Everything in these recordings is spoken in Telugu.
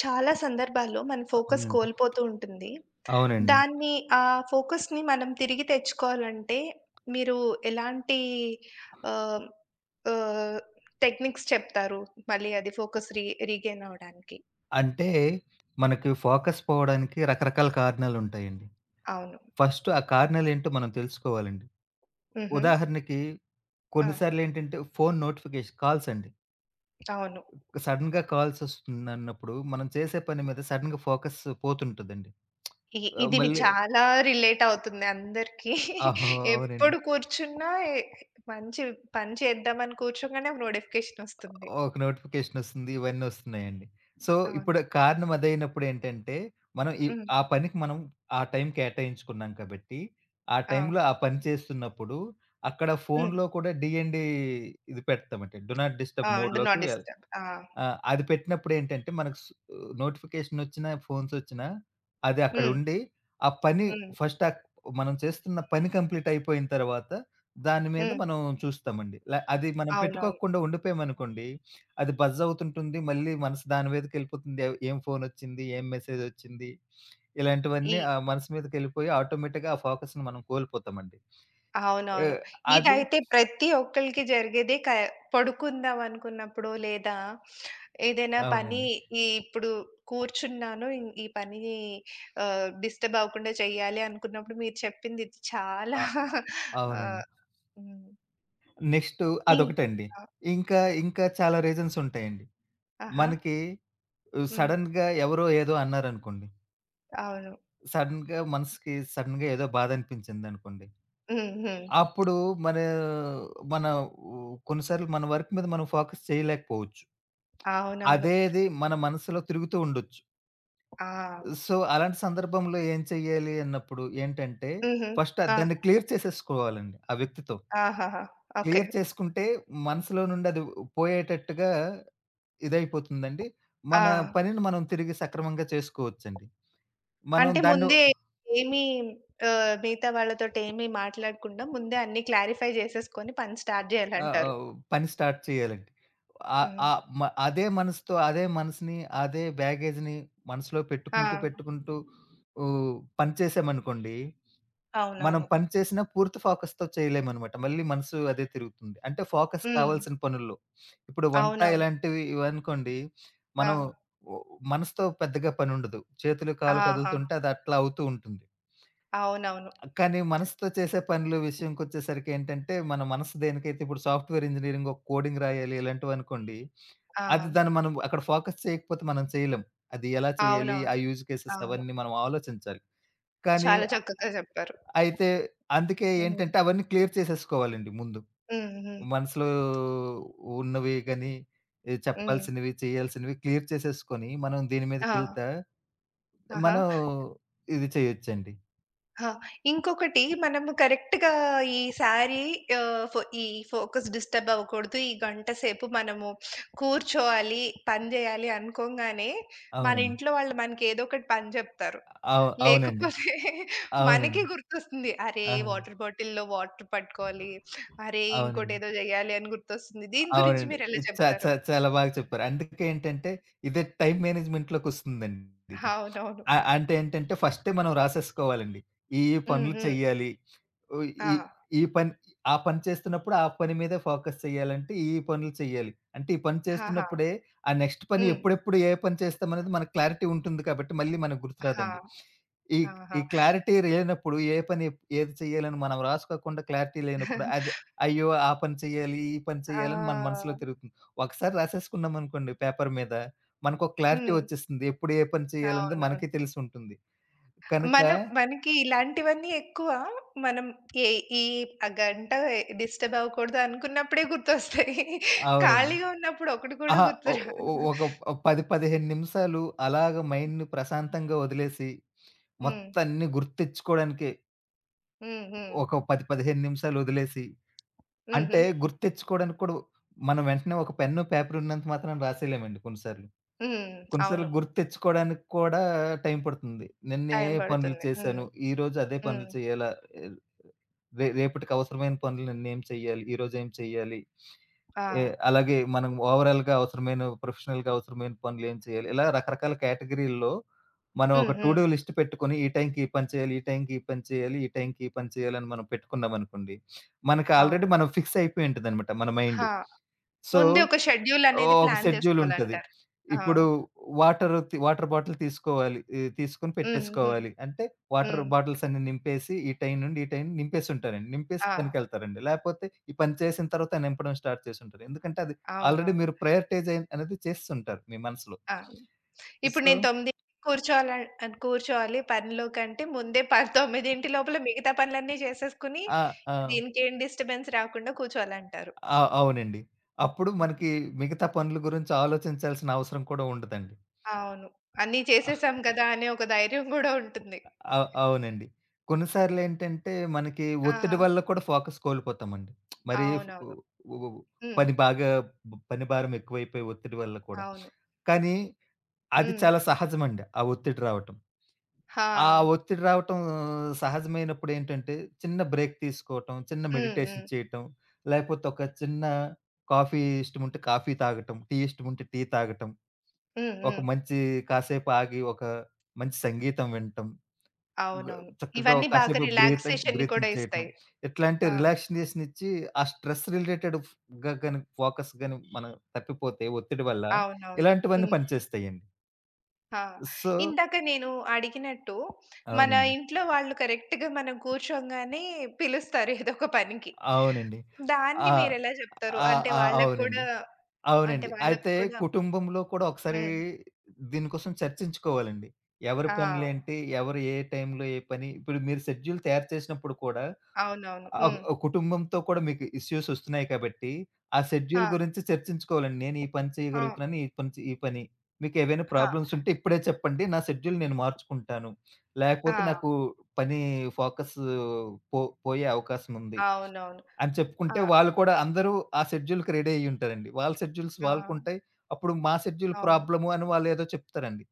చాలా సందర్భాల్లో మన ఫోకస్ అవునండి. కోల్పోతూ ఉంటుంది. అవునండి. దాన్ని ఆ ఫోకస్‌ని మనం తిరిగి తెచ్చుకోవాలంటే మీరు ఎలాంటి ఆహ్, ఆహ్, టెక్నిక్స్ చెప్తారు? మళ్ళీ అది ఫోకస్ రీగెయిన్ అవ్వడానికి. అంటే మనకి ఫోకస్ పోవడానికి రకరకాల కారణాలుంటాయండి. అవును. ఫస్ట్ ఆ కారణాలేంటో మనం తెలుసుకోవాలండి. హుహు. ఉదాహరణకి ఆ! కొన్నిసార్లేంటంటే ఫోను నోటిఫికేషన్ కాల్స్ అండి. అవును. సడెన్‌గా కాల్సొస్తుందన్నప్పుడు మనం చేసే పని మీద సడెన్‌గా ఫోకస్ పోతుంటదండి. ఇ ఆహ్, ఇది మళ్ళీ చాలా రిలేట్ అవుతుంది అందరికీ. ఆహా! అవునండి. ఎప్పుడు కూర్చున్నా మంచి పని చేద్దామని కూర్చోగానే నోటిఫికేషన్ వస్తుంది. ఒక నోటిఫికేషనొస్తుంది. ఇవన్నీ వస్తున్నాయండి. సో, అవును. ఇప్పుడు కారణం అదైనప్పుడు ఏంటంటే, మనం ఈ హ్మ్. ఆ పనికి మనం ఆ టైం కేటాయించుకున్నాం కాబట్టి, ఆ ఆ! టైంలో ఆ పని చేస్తున్నప్పుడు, అక్కడ హ్మ్. ఫోన్‌లో కూడా డీఎన్‌డీ ఇది పెడతామండి. డూ నాట్ ఆ! డిస్టర్బ్ డు మోడ్‌లోకి నాట్ డిస్టర్బ్. ఆ! ఆ! అది పెట్టినప్పుడేంటంటే, మనకు స్ నోటిఫికేషనొచ్చినా, ఫోన్సొచ్చినా, అది హ్మ్. అక్కడుండి, ఆ పని హ్మ్. ఫస్ట్ ఆక్ మనం చేస్తున్న పని కంప్లీటయిపోయిన తర్వాత, దాని మీద హ్మ్. మనం చూస్తామండి. అది మనం అవునవును. పెట్టుకోకుండా ఉండిపోయామనుకోండి, అది బజ్జవుతుంటుంది. మళ్ళీ మనసు దాని మీదకెళ్ళిపోతుంది. ఏం ఫోనొచ్చింది? ఏం మెసేజొచ్చింది? ఈ ఇలాంటివన్నీ ఆ మనసు మీదకెళ్ళిపోయి, ఆటోమేటిక్‌గా ఆ ఫోకస్‌ని మనం కోల్పోతామండి. అవునవును. ఆహ్, అది ఇదైతే ప్రతి ఒక్కళ్ళకి జరిగేదే. పడుకుందాం అనుకున్నప్పుడో, లేదా ఏదైనా పని అవునండి. ఇప్పుడు కూర్చున్నాను. ఈ పని డిస్టర్బ్ అవ్వకుండా చేయాలి అనుకున్నప్పుడు మీరు చెప్పింది ఇది చాలా. ఆ! అవునండి. ఆహ్, హ్మ్. నెక్స్ట్ ఇం అదొకటండి. ఆ! ఇంకా చాలా రీజన్స్ ఉంటాయండి. ఆహా! మనకి హ్మ్. సడెన్‌గా ఎవరో ఏదో అన్నారనుకోండి. అవును. సడెన్‌గా మనసుకి సడెన్‌గా ఏదో బాధ అనిపించిందనుకోండి. హ్మ్. హ్మ్. అప్పుడు మన మన ఉ కొన్నిసార్లు మన వర్క్ మీద మనం ఫోకస్ చేయలేకపోవచ్చు. అవునవును. అదేది మన మనసులో తిరుగుతూ ఉండొచ్చు. ఆ! సో, అలాంటి సందర్భంలో ఏం చెయ్యాలి అన్నప్పుడు ఏంటంటే, హుహు. ఫస్ట్ ఆ! దాన్ని క్లియర్ చేసేసుకోవాలండి ఆ వ్యక్తితో. ఆహాహా! ఓకే. క్లియర్ చేసుకుంటే మనసులో నుండి అది పోయేటట్టుగా ఇదైపోతుందండి. ఆ! మన పనిని మనం తిరిగి సక్రమంగా చేసుకోవచ్చండి. మనం అంటే దాన్ని ముందే ఏమి మిగతా వాళ్ళతోటి ఏమి మాట్లాడకుండా ముందే అన్నీ క్లారిఫై చేసేసుకొని పని స్టార్ట్ ఆహ్, చేయాలంటారు. ఆహ్, పని స్టార్ట్ చేయాలండి. ఆహ్, హ్మ్. ఆహ్, మ అదే మనసుతో అదే మనసుని, అదే బ్యాగేజ్‌ని మనసులో ఆ! పెట్టుకుంటూ ఉ పని చేసామనుకోండి, మనం అవునవును. పని చేసినా పూర్తి ఫోకస్‌తో చేయలేమనమాట. మళ్ళీ మనసు అదే తిరుగుతుంది. అంటే ఫోకస్ హ్మ్. కావాల్సిన పనుల్లో. ఇప్పుడు వంట అవునవును. ఇలాంటివి ఇవనుకోండి, ఆ! మనం ఓ మనసుతో పెద్దగా పనుండదు. చేతులు, కాళ్ళు ఆహా! కదులుతుంటే అది అట్లా అవుతూ ఉంటుంది. అవునవును. కానీ మనసుతో చేసే పనులు విషయంకొచ్చేసరికి ఏంటంటే, మన మనసు దేనికైతే ఇప్పుడు సాఫ్ట్‌వేర్ ఇంజినీరింగ్ ఒక కోడింగ్ రాయాలి ఇలాంటివనుకోండి, ఆ! దాన్ని మనం అక్కడ ఫోకస్ చేయకపోతే మనం చేయలేం. అది ఎలా చేయాలి? ఆ అవునవును. యూజ్ కేసెస్ అవును. అవన్నీ మనం ఆలోచించాలి. కానీ చాలా చక్కగా చెప్పారు. అయితే అందుకే హ్మ్. ఏంటంటే అవన్నీ క్లియర్ చేసేసుకోవాలండి ముందు. హ్మ్. హ్మ్. మనసులో ఉన్నవి గాని, హ్మ్. చెప్పాల్సినవి, చేయాల్సినవి క్లియర్ చేసేసుకొని, మనం దీని ఆ! మీదకెళ్తా ఆహా! మనం ఇది చేయొచ్చండి. ఆ! ఇంకొకటి మనము కరెక్ట్‌గా ఈ శారీ ఈ ఫోకస్ డిస్టర్బ్ అవ్వకూడదు. ఈ గంట సేపు మనము కూర్చోవాలి, పని జేయాలి అనుకోంగానే, మన అవునండి. ఇంట్లో వాళ్ళు మనకేదో ఒకటి పని జెప్తారు. అవు అవునండి. లేకపోతే మనకే అవునండి. గుర్తొస్తుంది. అరే! ఆ! వాటర్ బాటిల్‌లో వాటర్ పట్టుకోవాలి. అరే! అవునండి. ఇంకోటేదో జేయాలి అని గుర్తొస్తుంది. దీని గురించి అవునండి. మీరెలా చ చ చెప్తారు? చాలా బాగా చెప్పారు. అందుకే ఏంటంటే, ఇదే టైమ్ మేనేజ్‌మెంట్‌లోకొస్తుందండి ఇది. అవునవును. ఆ! అంటే ఏంటంటే ఫస్టే మనం రాసేసుకోవాలండి. ఈ ఈ హ్మ్. పనులు హ్మ్. చెయ్యాలి. ఓహ్! ఆ! ఈ ఈ పని ఆ పని చేస్తున్నప్పుడు ఆ పని మీదే ఫోకస్ చేయాలంటే ఈ ఈ పనులు చెయ్యాలి. అంటే ఈ పని ఆహా! చేస్తున్నప్పుడే ఆ నెక్స్ట్ పని హ్మ్. ఎప్పుడెప్పుడు ఏ పని చేస్తామనేది మనకు క్లారిటీ ఉంటుంది కాబట్టి మళ్ళీ మనకు ఆహా! గుర్తురాదండి. ఈ ఆహా! ఈ క్లారిటీ లేనప్పుడు ఏ పని ఏది చేయాలని మనం రాసుకోకుండా క్లారిటీ లేనప్పుడు అది అయ్యో! ఆ పని చేయాలి, ఈ పని చేయాలని మన ఆ! మనసులో తిరుగుతుంది. ఒకసారి రాసేసుకున్నామనుకోండి పేపర్ మీద, మనకొక క్లారిటీ హ్మ్. వచ్చేస్తుంది. ఎప్పుడు ఏ పని చేయాలనేది అవునవును. మనకే తెలిసుంటుంది. కనుక మనం మనకి ఇలాంటివన్నీ ఎక్కువ. మనం ఏ ఈ ఆ గంట డిస్టర్బ్ అవ్వకూడదు అనుకున్నప్పుడే గుర్తొస్తాయి. అవునండి. ఖాళీగా ఉన్నప్పుడు ఒకటి కూడా అహా! ఒ గుర్తురాదు. ఒ ఒక 10, 15 నిమిషాలు అలాగ మైండ్‌ని ప్రశాంతంగా వదిలేసి, హ్మ్. మొత్తం అన్నీ గుర్తిచ్చుకోవడానికి హ్మ్. హ్మ్. ఒక 10, 15 నిమిషాలు వదిలేసి, హుహు. అంటే గుర్తిచ్చుకోవడానికి కూడా మనం వెంటనే ఒక పెన్ను, పేపర్ ఉన్నంత మాత్రాన రాసేయలేమండి కొన్ని సార్లు. హ్మ్. కొన్ని సార్లు అవును. గుర్తిచ్చుకోవడానికి కూడా టైం పడుతుంది. నిన్న ఏ టైం పనులు పడుతుంది. హ్మ్. చేశాను, ఈరోజు అదే హ్మ్. పనులు చేయాలా? రేపటికి అవసరమైన పనులు ఏం చెయ్యాలి? ఈరోజు ఏం చెయ్యాలి? ఆ! ఏ అలాగే మనం ఓవరాల్‌గా అవసరమైన ప్రొఫెషనల్‌గా అవసరమైన పనులు ఏం చేయాలి? ఇలా రకరకాల కేటగిరీల్లో మనం హ్మ్. ఒక టు హ్మ్. డూ లిస్ట్ పెట్టుకొని ఈ టైంకి ఈ పని చేయాలి, ఈ టైంకి ఈ పని చేయాలి, ఈ టైంకి ఈ పని చేయాలని మనం పెట్టుకున్నామనుకోండి. మనకి ఆల్రెడీ అవును. మనం ఫిక్స్ అయిపోయి ఉంటదనమాట మన మైండ్. ఆ! సో, ముందే ఒక షెడ్యూల్ అనేది ఓహ్! ఒక ప్లాన్ షెడ్యూల్ ఉంటది. జేసుకోవాలంటారు. ఆ! ఇప్పుడు వాటర్ బాటిల్ తీసుకోవాలి. ఈ తీసుకొని హుహుహు. పెట్టేసుకోవాలి. అంటే వాటర్ హ్మ్. బాటిల్స్ అన్ని నింపేసి ఈ టైం నుండి, ఈ టైం నింపేసి ఉంటారండి. నింపేసి ఆ! పనికెళ్తారండి. లేకపోతే ఈ పని చేసిన తర్వాత నింపడం స్టార్ట్ చేసుంటారు. ఎందుకంటే అది ఆల్రెడీ అవునవును. మీరు ప్రయారిటైజ్ అయి అనేది చేస్తుంటారు మీ మనసులో. ఆ! ఇప్పుడు సో, నేను 9కి కూర్చోవాల కూర్చోవాలి పనిలో కంటే ముందే 9 లోపల మిగతా పనులన్నీ చేసేసుకొని, ఆ! ఆ! దీనికేం డిస్టర్బెన్స్ రాకుండా కూర్చోవాలంటారు. ఆ! అవునండి. అప్పుడు హుహు. మనకి మిగతా పనుల గురించి ఆలోచించాల్సిన అవసరం కూడా ఉండదండి. అవును. అన్నీ చేసేసాం కదా! అనే ఒక ధైర్యం గూడా ఉంటుంది. అవునండి. కొన్ని సార్లేంటంటే, మనకి ఆహా! ఒత్తిడి వల్ల కూడా ఫోకస్ కోల్పోతామండి. మరి ఫ్ ఉ అవునవును. ఉ ఉ హ్మ్. పని బాగా బ్ పని భారం ఎక్కువైపోయి ఒత్తిడి వల్ల కూడా. అవును. కానీ అది హ్మ్. చాలా సహజమండి. ఆ ఒత్తిడి రావటం. హా! ఆ ఒత్తిడి రావటం సహజమైనప్పుడేంటంటే, చిన్న బ్రేక్ తీసుకోవటం, చిన్న హ్మ్. హ్మ్. మెడిటేషన్ చేయటం, లేకపోతే ఒక చిన్న కాఫీ ఇష్టముంటే కాఫీ తాగటం, టీ ఇష్టముంటే టీ తాగటం, హ్మ్. ఒక హ్మ్. మంచి కాసేపు ఆగి ఒక మంచి సంగీతం వినటం, గ అవునవును. చక్కగా ఒక ఇవన్నీ బాగా కాసేపు బ్రీతింగ్ రిలాక్సేషన్‌ని కూడా బ్రీతింగ్ చేయటం. ఇస్తాయి. ఎట్లా అంటే ఆ! రిలాక్సినేషన్ ఇచ్చి, ఆ స్ట్రెస్ రిలేటెడ్ ఫ్ గాని ఫోకస్ గాని మనం తప్పిపోతే ఒత్తిడి వల్ల, అవునవును. ఇలాంటివన్నీ హ్మ్. పనిచేస్తాయండి. ఆ! సో, ఇందాక నేను అడిగినట్టు, మన అవునండి. ఇంట్లో వాళ్ళు కరెక్ట్‌గా మనం కూర్చోంగానే పిలుస్తారు ఏదో ఒక పనికి. అవునండి. దాన్ని ఆ! మీరెలా చెప్తారు? ఆ! అంటే ఆ! వాళ్ళకి అవునండి. కూడా అంటే అవునండి. వాళ్ళకి అయితే కూడా కుటుంబంలో కూడా ఒకసారి హ్మ్. దీనికోసం చర్చించుకోవాలండి. ఎవరి ఆ! పనులేంటి? ఎవరు ఏ టైంలో ఏ పని ఇప్పుడు మీరు షెడ్యూల్ తయారు చేసినప్పుడు కూడా అవునవును. ఆహ్, హ్మ్. ఆహ్, కుటుంబంతో కూడా మీకు ఇష్యూస్ ఒస్తున్నాయి కాబట్టి, ఆ ఆ! షెడ్యూల్ గురించి చర్చించుకోవాలండి. నేను ఈ పని ఆ! చేయగలుగుతున్నాను. ఈ పని. మీకేవైనా ఆ! ప్రాబ్లమ్స్ ఉంటే ఇప్పుడే చెప్పండి. నా షెడ్యూల్ నేను మార్చుకుంటాను. ఆ! లేకపోతే నాకు పని ఫోకస్ పో పోయే అవకాశం ఉంది అవునవును. అని ఆ! చెప్పుకుంటే వాళ్ళు కూడా అందరూ ఆ షెడ్యూల్‌కి రెడీ అయ్యుంటారండి. వాళ్ళ షెడ్యూల్స్ ఆ! వాళ్ళకుంటాయి. అప్పుడు మా షెడ్యూల్ అవును. ప్రాబ్లము అని వాళ్ళేదో చెప్తారండి.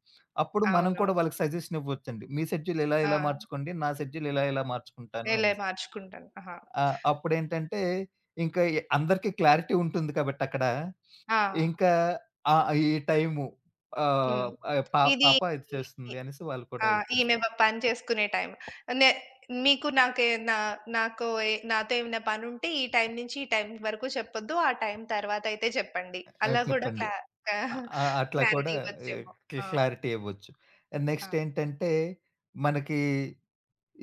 అప్పుడు మనం కూడా అవునవును. వాళ్ళకి సజెషన్ ఇవ్వొచ్చండి. మీ షెడ్యూల్ ఇలా ఆ! ఇలా మార్చుకోండి. నా షెడ్యూల్ ఇలా ఇలా మార్చుకుంటాను ఇలా అనేసి. మార్చుకుంటాను. ఆహా! ఆ! అప్పుడేంటంటే, ఇంకా ఎ అందరికి క్లారిటీ ఉంటుంది కాబట్టక్కడ, ఆ! ఇంకా ఆ! ఈ టైము ఆహ్, హ్మ్. ఆహ్, పా ఇది పాప ఇది చేస్తుంది అనేసి వాళ్ళు ఆ! కూడా ఇది ఈమె చేస్తారు. పని చేసుకునే టైం. నే మీకు నాకే నా నాకు ఏ నాతో ఏమైనా పనుంటే ఈ టైం నుంచి ఈ టైం వరకు చెప్పొద్దు. ఆ టైం తర్వాత అయితే చెప్పండి. ఆ! అలా గూడా చెప్పండి. అ ఆ! అట్లా క్లారిటీ కూడా ఇవ్వచ్చేమో. ఆహ్, క్లి ఆ! క్లారిటీ ఇవ్వచ్చు. ఆ! నెక్స్ట్ ఏంటంటే, మనకి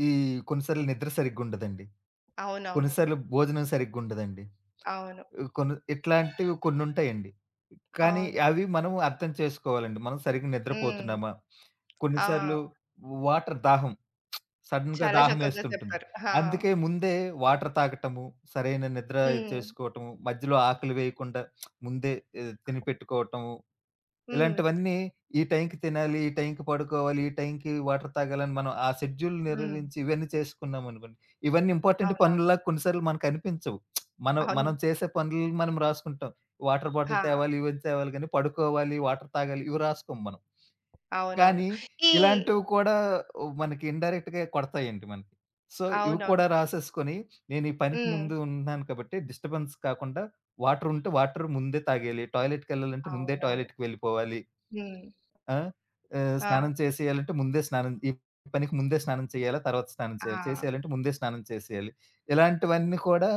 ఈ కొన్నిసార్లు నిద్ర సరిగ్గుండదండి. అవునవును. కొన్నిసార్లు భోజనం సరిగ్గుండదండి. అవును. కొన్ని ఇట్లాంటివి కొన్నుంటాయండి. కానీ అవును. అవి మనం అర్థం చేసుకోవాలండి. మనం సరిగ్గా హ్మ్. నిద్రపోతున్నామా? కొన్ని ఆ! సార్లు వాటర్ దాహం, సడెన్‌గా చాలా చక్కగా దాహమేస్తుంటుంది. చెప్పారు. ఆ! అందుకే ముందే వాటర్ తాగటము, సరైన నిద్ర హ్మ్. చేసుకోవటము, మధ్యలో ఆకలి వేయకుండా ముందే తినిపెట్టుకోవటము హ్మ్. ఇలాంటివన్నీ ఈ టైంకి తినాలి, ఈ టైంకి పడుకోవాలి, ఈ టైంకి వాటర్ తాగాలని మనం ఆ షెడ్యూల్ హ్మ్. నిర్వహించి ఇవన్నీ చేసుకున్నామనుకోండి. ఇవన్నీ ఇంపార్టెంట్ అవునవును. పనుల్లా కొన్నిసార్లు మనకనిపించవు. మనం మనం అవును. చేసే పనులు మనం రాసుకుంటాం. వాటర్ ఆ! బాటిల్ తేవాలి, ఇవన్నీ తేవాలి గానీ పడుకోవాలి, వాటర్ తాగాలి ఇవి రాసుకోం మనం. అవునవును. కానీ ఈ ఇలాంటివి కూడా మనకి ఇండైరెక్ట్‌గా కొడతాయండి మనకి. సో, ఇవి అవునవును. కూడా రాసేసుకొని నేను ఈ పనికి హ్మ్. ముందు ఉన్నాను కాబట్టి డిస్టర్బెన్స్ కాకుండా వాటర్ ఉంటే వాటర్ ముందే తాగేయాలి. టాయిలెట్‌కెళ్ళాలంటే ముందే అవునవును. టాయిలెట్‌కి వెళ్ళిపోవాలి. హ్మ్. ఆ! ఆ! స్నానం చేసేయాలంటే ముందే స్నానం ఈ పనికి ముందే స్నానం చేయాలా? తర్వాత స్నానం చేయాలా? ఆ! చేసేయాలంటే ముందే స్నానం చేసేయాలి. ఇలాంటివన్నీ కూడా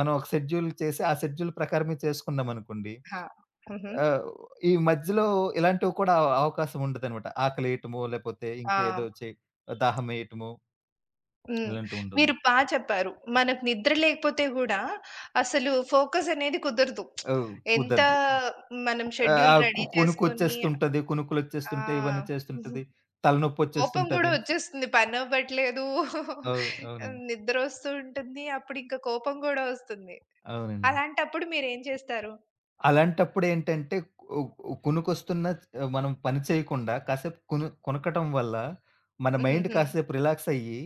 మనం ఒక షెడ్యూల్ చేసి ఆ షెడ్యూల్ ప్రకారమే చేసుకున్నామనుకోండి, ఆ! హుహు. ఆహ్, ఈ మధ్యలో ఇలాంటివి కూడా అవకాశం ఉండదనమాట. ఆకలేయటమో, లేపోతే ఆ! ఇంకేదో చే దాహమేయటమో హ్మ్. ఇలాంటివుండవు. మీరు చెప్పారు. మనకు నిద్ర లేకపోతే గూడా అసలు ఫోకస్ అనేది కుదరదు. ఓహ్! ఎంత కుదరదు. మనం ఆహ్, షెడ్యూల్ ఆ కు రెడీ చేసుకొని. కునుకొచ్చేస్తుంటది. కునుకులొచ్చేస్తుంటాయి. ఇవన్నీ ఆ! చేస్తుంటది. కోపం గూడా తలనొప్పొచ్చేస్తుంటది. వచ్చేస్తుంది. పనవ్వట్లేదు. అవునండి. నిద్రొస్తూ ఉంటుంది. అప్పుడు ఇంకా కోపం గూడా వస్తుంది. అవునండి. అలాంటప్పుడు మీరేం చేస్తారు? అలాంటప్పుడేంటంటే కొ కునుకొస్తున్న మనం పని చేయకుండా కాసేపు కునకటం వల్ల మన హ్మ్. మైండ్ హ్మ్. కాసేపు రిలాక్స్ అయ్యి,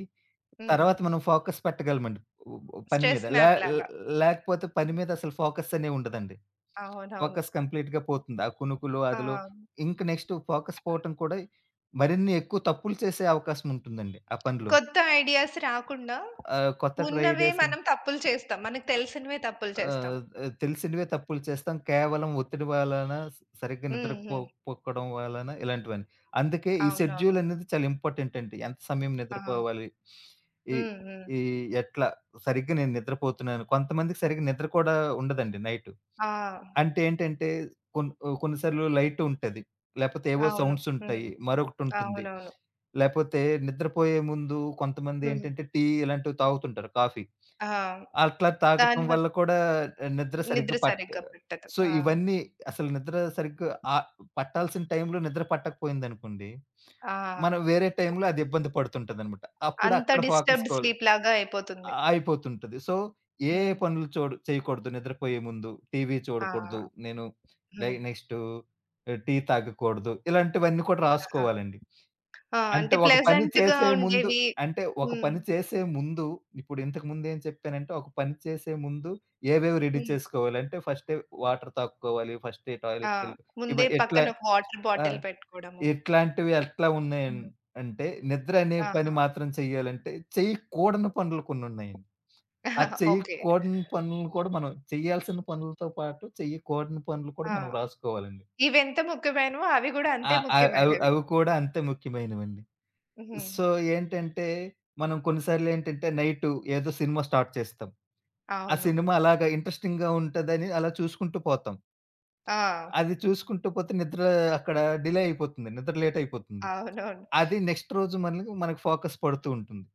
హ్మ్. తర్వాత మనం ఫోకస్ పెట్టగలమండి ఉ ఉ- పని మీద. స్ట్రెస్ నాప్ లాగా. లేకపోతే పని మీద అసలు ఫోకస్ అనే ఉండదండి. అవునవును. ఫోకస్ కంప్లీట్‌గా పోతుంది. ఆ కునుకులు అదిలో ఆ! ఇంక నెక్స్ట్ ఫోకస్ పోవటం కూడా మరిన్ని ఎక్కువ తప్పులు చేసే అవకాశం ఉంటుందండి ఆ పనిలో. కొత్త ఐడియాస్ రాకుండా, ఆహ్, కొత్త ఉన్నవే ట్రైడర్స్ మనం తప్పులు చేస్తాం. మనకు తెలిసినవే తప్పులు చేస్తాం. ఆహ్, ఆహ్, తెలిసినవే తప్పులు చేస్తాం. కేవలం ఒత్తిడి వలన, సరిగ్గా హ్మ్. నిద్రపో హ్మ్. పొక్కడం వలన ఇలాంటివన్నీ. అందుకే ఈ అవునవును. షెడ్యూల్ అనేది చాలా ఇంపార్టెంట్ అండి. ఎంత సమయం ఆ! నిద్రపోవాలి? ఈ హ్మ్. హ్మ్. ఈ ఎట్లా సరిగ్గా నేను నిద్రపోతున్నాను. కొంతమందికి సరిగ్గా నిద్ర కూడా ఉండదండి నైట్. ఆ! అంటే ఏంటంటే కొన్ని కొన్ని సార్లు లైట్ ఉంటది. లేపోతే ఏవో అవును. సౌండ్స్ హ్మ్. ఉంటాయి. మరొకటుంటుంది. అవునవును. లేపోతే నిద్రపోయే ముందు కొంతమంది హ్మ్. ఏంటంటే టీ ఇలాంటివి తాగుతుంటారు కాఫీ. ఆ! అట్లా తాగటం దానివల్ల వల్ల కూడా నిద్ర నిద్ర సరిగ్గా పట్ట సరిగ్గా పట్టదు. సో, ఆ! ఇవన్నీ అసలు నిద్ర సరిగ్గా ఆహ్, పట్టాల్సిన టైంలో నిద్ర పట్టకపోయిందనుకోండి. ఆ! మనం వేరే టైంలో అది ఇబ్బంది పడుతుంటదనమాట. అప్పుడు అంత అక్కడ ఫోకస్ డిస్టర్బ్‌డ్ కోల్ స్లీప్ లాగా అయిపోతుంది. అయిపోతుంటది. సో, ఏ హ్మ్. పనులు చూడ చేయకూడదు నిద్రపోయే ముందు. టీవీ ఆ! చూడకూడదు. నేను లై హ్మ్. నెక్స్టు టీ తాగకూడదు. ఇలాంటివన్నీ కూడా ఆహా! రాసుకోవాలండి. ఆ! అంటే అంటే ఒక పని ప్లెజెంట్‌గా చేసే ముందు ఉండేవి. అంటే ఒక హ్మ్. పని చేసే ముందు ఇప్పుడు ఇంతకు ముందు ఏం చెప్పానంటే, ఒక పని చేసే ముందు ఏవేవి రెడీ హ్మ్. చేసుకోవాలి అంటే ఫస్టే వాటర్ తాక్కోవాలి, ఫస్టే ఆ! టాయిలెట్‌కెళ్ళి ముందే ఇవ ఎట్లా పక్కన ఒక వాటర్ ఆ! బాటిల్ పెట్టుకోవడము. ఇట్లాంటివి ఎట్లా ఉన్నాయన్ హ్మ్. అంటే నిద్ర అనే పని ఆహా! మాత్రం చేయాలంటే చేయకూడని పనులు కొన్నున్నాయండి. ఆ ఓకే. చేయకూడని పనులు కూడా మనం చేయాల్సిన పనులతో పాటు చేయకూడని పనులు కూడా మనం ఆ! రాసుకోవాలండి. ఇవెంత ముఖ్యమైనవో అవి గూడా ఆ! అంతే అవి ముఖ్యమైనవి. అవి కూడా అంతే ముఖ్యమైనవండి. హ్మ్. సో, ఏంటంటే, మనం కొన్నిసార్లేంటంటే, నైటు ఏదో సినిమా స్టార్ట్ చేస్తాం. ఆ అవును. సినిమా అలాగా ఇంట్రెస్టింగ్‌గా ఉంటదని అలా చూసుకుంటూ పోతాం. ఆ! అది చూసుకుంటూ పోతే నిద్ర అక్కడ డిలే అయిపోతుంది. నిద్ర లేటయిపోతుంది. అవునవును. అది నెక్స్ట్ రోజు మనకు మనకు ఫోకస్ పడుతూ ఉంటుంది.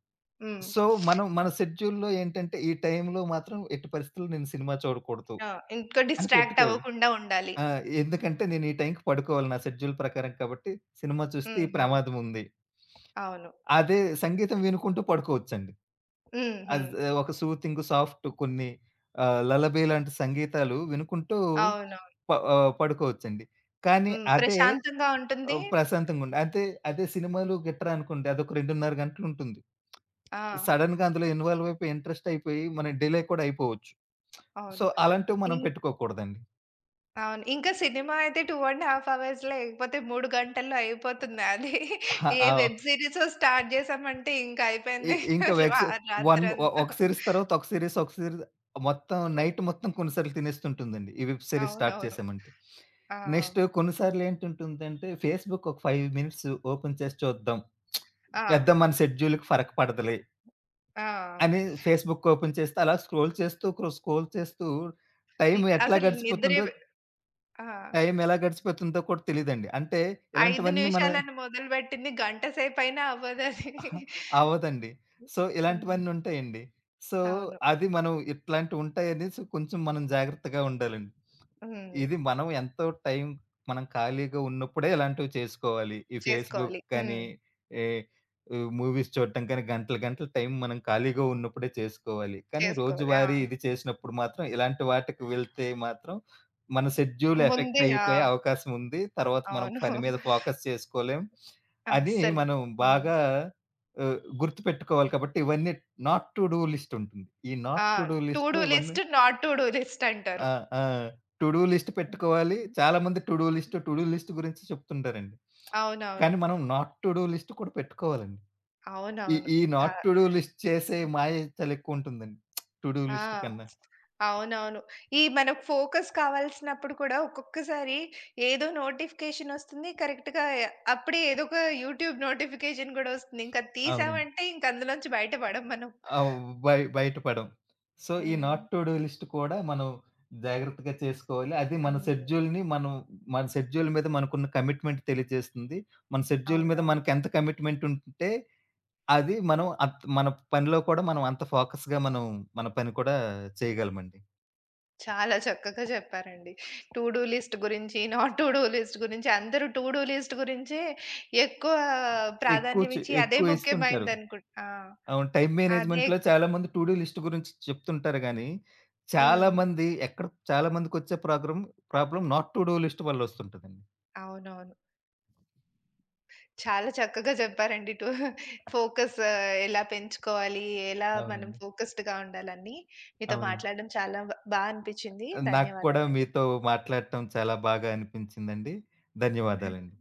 హ్మ్. సో, మనం మన షెడ్యూల్‌లో ఏంటంటే, ఈ టైంలో మాత్రం ఎట్టి పరిస్థితుల్లో నేను సినిమా చూడకూడదు ఆ! ఇంకా అని డిస్ట్రాక్ట్ పెట్టుకోవాలి. అవ్వకుండా ఉండాలి. ఆ! ఎందుకంటే, నేను ఈ టైంకి పడుకోవాలి నా షెడ్యూల్ ప్రకారం కాబట్టి, సినిమా చూస్తే హ్మ్. ఈ హ్మ్. ప్రమాదముంది. అవును. అదే సంగీతం వినుకుంటూ పడుకోవచ్చండి. హ్మ్. అద్ హ్మ్. ఒక సూతింగ్ సాఫ్ట్ కొన్ని లలబీ లాంటి సంగీతాలు వినుకుంటూ అవునవును. పడుకోవచ్చండి. కానీ హ్మ్. అదే ప్రశాంతంగా ఉంటుంది. ప్రశాంతంగుండు. అంతే అదే సినిమాలు గిట్రా అనుకోండి అదొక 2:30 గంటలుంటుంది. ఆ! సడెన్‌గా అందులో ఇన్వాల్వ్ అయిపోయి ఇంట్రెస్ట్ అయిపోయి మనం డిలే కూడా అయిపోవచ్చు. సో, అవును. అలాంటివి మనం ఇం పెట్టుకోకూడదండి. అవును. ఇంకా సినిమా అయితే 2½ అవర్స్‌లో లేకపోతే 3 గంటల్లో అయిపోతుంది అది. అహా! ఏ ఆ! వెబ్ సీరీసో స్టార్ట్ జేసామంటే ఇంక ఇ అయిపోయింది ఇంకా రా వెక్స్ వన్ ఒ రాత్రంతా. ఒక సీరీస్ తర్వాత ఒక సీరీస్, ఒక సీరీస్ మొత్తం నైట్ మొత్తం కొన్నిసార్లు తినేస్తుంటుందండి. ఈ వెబ్ సీరీస్ స్టార్ట్ అవునవును. చేసామంటే. ఆ! నెక్స్ట్ కొన్నిసార్లు ఏంటుంటుందంటే ఫేస్‌బుక్ ఒక 5 మినిట్స్ ఓపెన్ చేసి చూద్దాం. ఆ! పెద్ద మన షెడ్యూల్‌కి ఫరక్ పడదులే ఆ! అని ఫేస్‌బుక్ ఓపెన్ చేస్తే అలా స్క్రోల్ చేస్తూ, స్క్రోల్ చేస్తూ టైం ఎట్లా అసలు నిద్రే గడిచిపోతుందో, ఆ! టైం ఎలా గడిచిపోతుందో కూడా తెలీదండి. అంటే 5 ఇలాంటివన్నీ మన నిమిషాలని మొదలుబెట్టింది గంట సేపయినా అవ్వదది. అహా! అవ్వదండి. సో, హ్మ్. ఇలాంటివన్నీ ఉంటాయండి. సో, అవును. అది మనం ఇట్లాంటివుంటాయనేసి కొంచెం మనం జాగ్రత్తగా ఉండాలండి. హ్మ్. ఇది మనం ఎంతో టైం మనం ఖాళీగా ఉన్నప్పుడే ఇలాంటివి చేసుకోవాలి. ఈ ఫేస్‌బుక్ చేసుకోవాలి. హ్మ్. కానీ, ఏ మూవీస్ చూడటం కానీ గంటలు గంటలు టైం మనం ఖాళీగా ఉన్నప్పుడే చేసుకోవాలి. కానీ చేసుకోవాలి. ఆ! రోజువారీ ఇది చేసినప్పుడు మాత్రం ఇలాంటి వాటికి వెళ్తే మాత్రం మన షెడ్యూల్ ఎఫెక్ట్ ముందే ఆ! అయిపోయే అవకాశం ఉంది. తర్వాత మనం అవును. పని మీద ఫోకస్ చేసుకోలేం. అది అస్సలు. మనం హ్మ్. బాగా గుర్తుపెట్టుకోవాలి కాబట్టి ఇవన్నీ నాట్ టు డూ లిస్ట్ ఉంటుంది. ఈ నాట్ ఆ! టు డూ టు డూ లిస్ట్‌లో ఇవన్నీ list, not to do list అంటారు. ఆ! ఆ! టు డూ లిస్ట్ పెట్టుకోవాలి. హ్మ్. చాలామంది to do list, to do list గురించి చెప్తుంటారండి. అవునవును. కానీ మనం నాట్ టు డూ లిస్ట్ కూడా పెట్టుకోవాలండి. ఈ అవునవును. ఈ చా నాట్ టు డూ లిస్ట్ చేసే మాయ చాలా ఎక్కువుంటుందండి టు డూ ఆ! లిస్ట్ కన్నా. అవునవును. ఈ మనకు ఫోకస్ కావాల్సినప్పుడు కూడా ఒక్కొక్కసారి ఏదో నోటిఫికేషన్ ఒస్తుంది. కరెక్ట్‌గా అప్పుడే ఏదో ఒక యూట్యూబ్ నోటిఫికేషన్ గూడా ఒస్తుంది. ఇంక అది అవునండి. తీసామంటే ఇంక అందులోంచి బయట పడం మనం. అవ్ బయ బయట పడం. సో, ఈ హ్మ్. నాట్ టు డూ లిస్ట్ కూడా మనం జాగ్రత్తగా చేసుకోవాలి. అది మన హ్మ్. షెడ్యూల్‌ని మనం మన షెడ్యూల్ మీద మనకున్న కమిట్మెంట్ తెలియజేస్తుంది. మన షెడ్యూల్ మీద అవునవును. మనకెంత కమిట్మెంట్ ఉంటే అది మనం మన పనిలో కూడా మనం అంత ఫోకస్‌గా మన పని కూడా చేయగలమండి. చాలా చక్కగా చెప్పారండి. టు డూ లిస్ట్ గురించి, నాట్ టు డూ లిస్ట్ గురించి అందరూ టు డూ లిస్ట్ గురించే ఎక్కువ ప్రాధాన్యం ఇచ్చి అదే ఎక్కువ ఇస్తుంటారు. ముఖ్యమైనదనుకుం ఆ! అవును. టైమ్ అదే మేనేజ్‌మెంట్‌లో చాలామంది టు డూ లిస్ట్ గురించి చెప్తుంటారు గానీ, హ్మ్. చాలామంది ఎక్కడ చాలామందికొచ్చే problem not to do list వల్ల వస్తుంటదండి. అవునవును. చాలా చక్కగా చెప్పారండి. ఫోకస్ ఎలా పెంచుకోవాలి? ఎలా మనం అవునండి. ఫోకస్డ్‌గా ఉండాలని మీతో అవునండి. మాట్లాడడం చాలా బా అనిపిచ్చింది. నాకు కూడా ధన్యవాదాలండి. మీతో మాట్లాడటం చాలా బాగా అనిపించిందండి. ధన్య ధన్యవాదాలండి.